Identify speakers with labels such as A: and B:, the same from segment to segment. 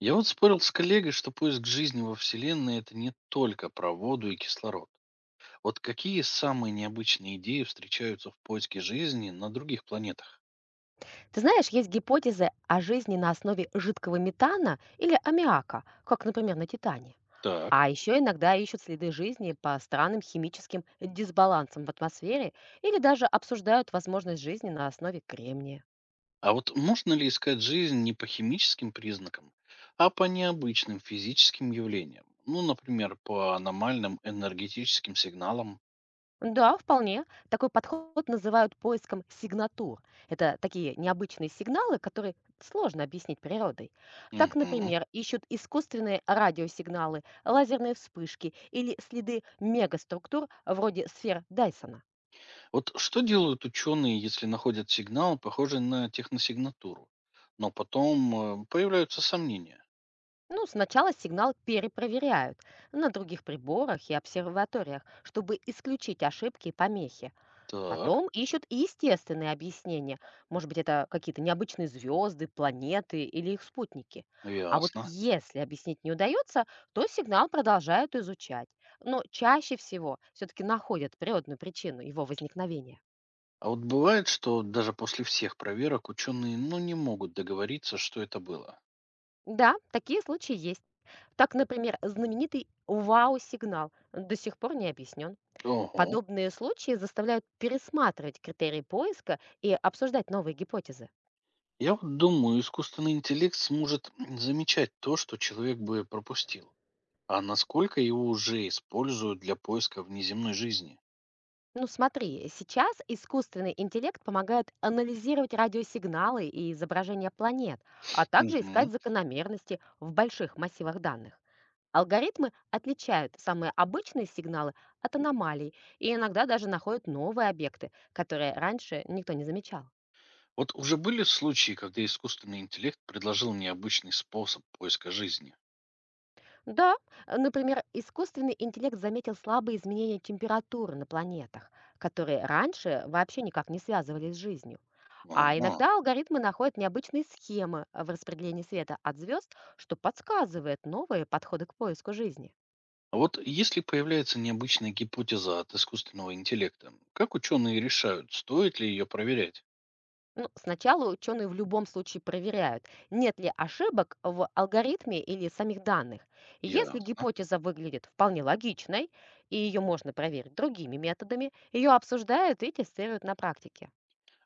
A: Я вот спорил с коллегой, что поиск жизни во Вселенной– это не только про воду и кислород. Вот какие самые необычные идеи встречаются в поиске жизни на других планетах?
B: Ты знаешь, есть гипотезы о жизни на основе жидкого метана или аммиака, как, например, на Титане.
A: Так.
B: А еще иногда ищут следы жизни по странным химическим дисбалансам в атмосфере или даже обсуждают возможность жизни на основе кремния.
A: А вот можно ли искать жизнь не по химическим признакам, а по необычным физическим явлениям? Ну, например, по аномальным энергетическим сигналам.
B: Да, вполне. Такой подход называют поиском сигнатур. Это такие необычные сигналы, которые сложно объяснить природой. Так,
A: Мгм.
B: например, ищут искусственные радиосигналы, лазерные вспышки или следы мегаструктур вроде сфер Дайсона.
A: Вот что делают ученые, если находят сигнал, похожий на техносигнатуру, но потом появляются сомнения?
B: Ну, сначала сигнал перепроверяют на других приборах и обсерваториях, чтобы исключить ошибки и помехи.
A: Так.
B: Потом ищут и естественные объяснения. Может быть, это какие-то необычные звезды, планеты или их спутники. А вот
A: Ясно.
B: если объяснить не удается, то сигнал продолжают изучать. Но чаще всего все-таки находят природную причину его возникновения.
A: А вот бывает, что даже после всех проверок ученые, ну, не могут договориться, что это было.
B: Да, такие случаи есть. Так, например, знаменитый вау-сигнал до сих пор не объяснен.
A: Ого.
B: Подобные случаи заставляют пересматривать критерии поиска и обсуждать новые гипотезы.
A: Я вот думаю, искусственный интеллект сможет замечать то, что человек бы пропустил. А насколько его уже используют для поиска внеземной жизни?
B: Ну смотри, сейчас искусственный интеллект помогает анализировать радиосигналы и изображения планет, а также искать
A: Мгм.
B: закономерности в больших массивах данных. Алгоритмы отличают самые обычные сигналы от аномалий и иногда даже находят новые объекты, которые раньше никто не замечал.
A: Вот уже были случаи, когда искусственный интеллект предложил необычный способ поиска жизни.
B: Да, например, искусственный интеллект заметил слабые изменения температуры на планетах, которые раньше вообще никак не связывались с жизнью. А
A: Ага.
B: иногда алгоритмы находят необычные схемы в распределении света от звезд, что подсказывает новые подходы к поиску жизни.
A: А вот если появляется необычная гипотеза от искусственного интеллекта, как ученые решают, стоит ли ее проверять?
B: Ну, сначала ученые в любом случае проверяют, нет ли ошибок в алгоритме или самих данных. Если
A: Ясно.
B: гипотеза выглядит вполне логичной, и ее можно проверить другими методами, ее обсуждают и тестируют на практике.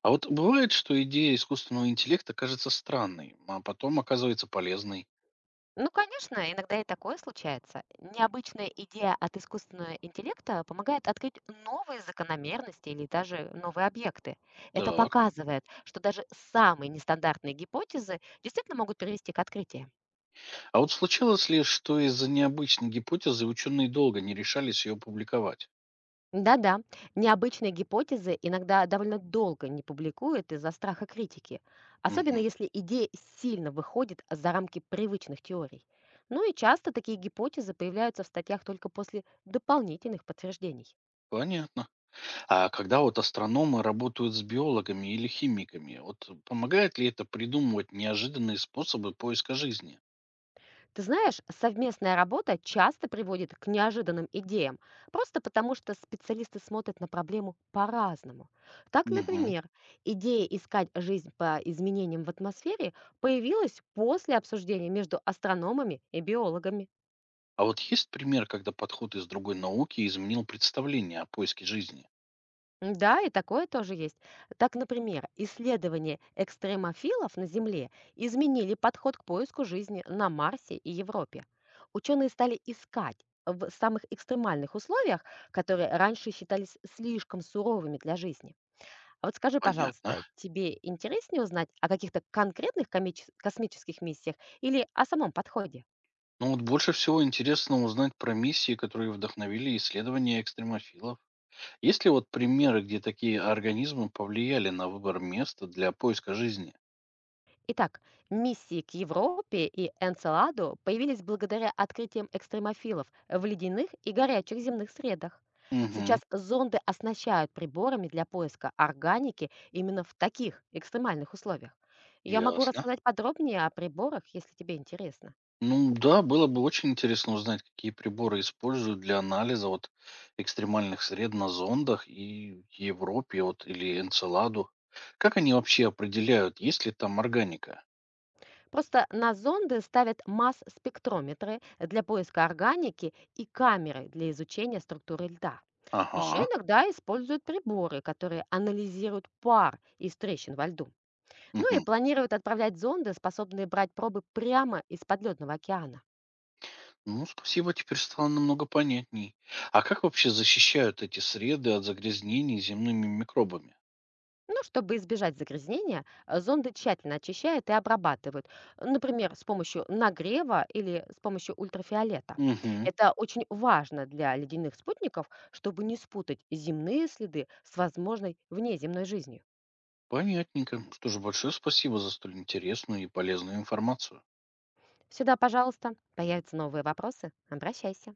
A: А вот бывает, что идея искусственного интеллекта кажется странной, а потом оказывается полезной.
B: Ну, конечно, иногда и такое случается. Необычная идея от искусственного интеллекта помогает открыть новые закономерности или даже новые объекты. Это
A: Так.
B: показывает, что даже самые нестандартные гипотезы действительно могут привести к открытиям.
A: А вот случилось ли, что из-за необычной гипотезы ученые долго не решались ее публиковать?
B: Да-да, необычные гипотезы иногда довольно долго не публикуют из-за страха критики, особенно
A: Мгм.
B: если идея сильно выходит за рамки привычных теорий. Ну и часто такие гипотезы появляются в статьях только после дополнительных подтверждений.
A: Понятно. А когда вот астрономы работают с биологами или химиками, вот помогает ли это придумывать неожиданные способы поиска жизни?
B: Ты знаешь, совместная работа часто приводит к неожиданным идеям, просто потому что специалисты смотрят на проблему по-разному. Так,
A: Мгм.
B: например, идея искать жизнь по изменениям в атмосфере появилась после обсуждения между астрономами и биологами.
A: А вот есть пример, когда подход из другой науки изменил представление о поиске жизни?
B: Да, и такое тоже есть. Так, например, исследования экстремофилов на Земле изменили подход к поиску жизни на Марсе и Европе. Ученые стали искать в самых экстремальных условиях, которые раньше считались слишком суровыми для жизни. А вот скажи,
A: Понятно.
B: пожалуйста, тебе интереснее узнать о каких-то конкретных космических миссиях или о самом подходе?
A: Ну вот больше всего интересно узнать про миссии, которые вдохновили исследования экстремофилов. Есть ли вот примеры, где такие организмы повлияли на выбор места для поиска жизни?
B: Итак, миссии к Европе и Энцеладу появились благодаря открытиям экстремофилов в ледяных и горячих земных средах.
A: Угу,
B: Сейчас зонды оснащают приборами для поиска органики именно в таких экстремальных условиях. Я могу
A: ясно.
B: рассказать подробнее о приборах, если тебе интересно.
A: Ну да, было бы очень интересно узнать, какие приборы используют для анализа вот экстремальных сред на зондах и Европе вот, или Энцеладу. Как они вообще определяют, есть ли там органика?
B: Просто на зонды ставят масс-спектрометры для поиска органики и камеры для изучения структуры льда. Еще
A: Ага.
B: иногда используют приборы, которые анализируют пар из трещин во льду. Ну и
A: Мгм.
B: планируют отправлять зонды, способные брать пробы прямо из подледного океана.
A: Ну, спасибо, теперь стало намного понятней. А как вообще защищают эти среды от загрязнений земными микробами?
B: Ну, чтобы избежать загрязнения, зонды тщательно очищают и обрабатывают, например, с помощью нагрева или с помощью ультрафиолета.
A: Угу,
B: Это очень важно для ледяных спутников, чтобы не спутать земные следы с возможной внеземной жизнью.
A: понятненько. Что же, большое спасибо за столь интересную и полезную информацию.
B: Всегда, пожалуйста, появятся новые вопросы, обращайся.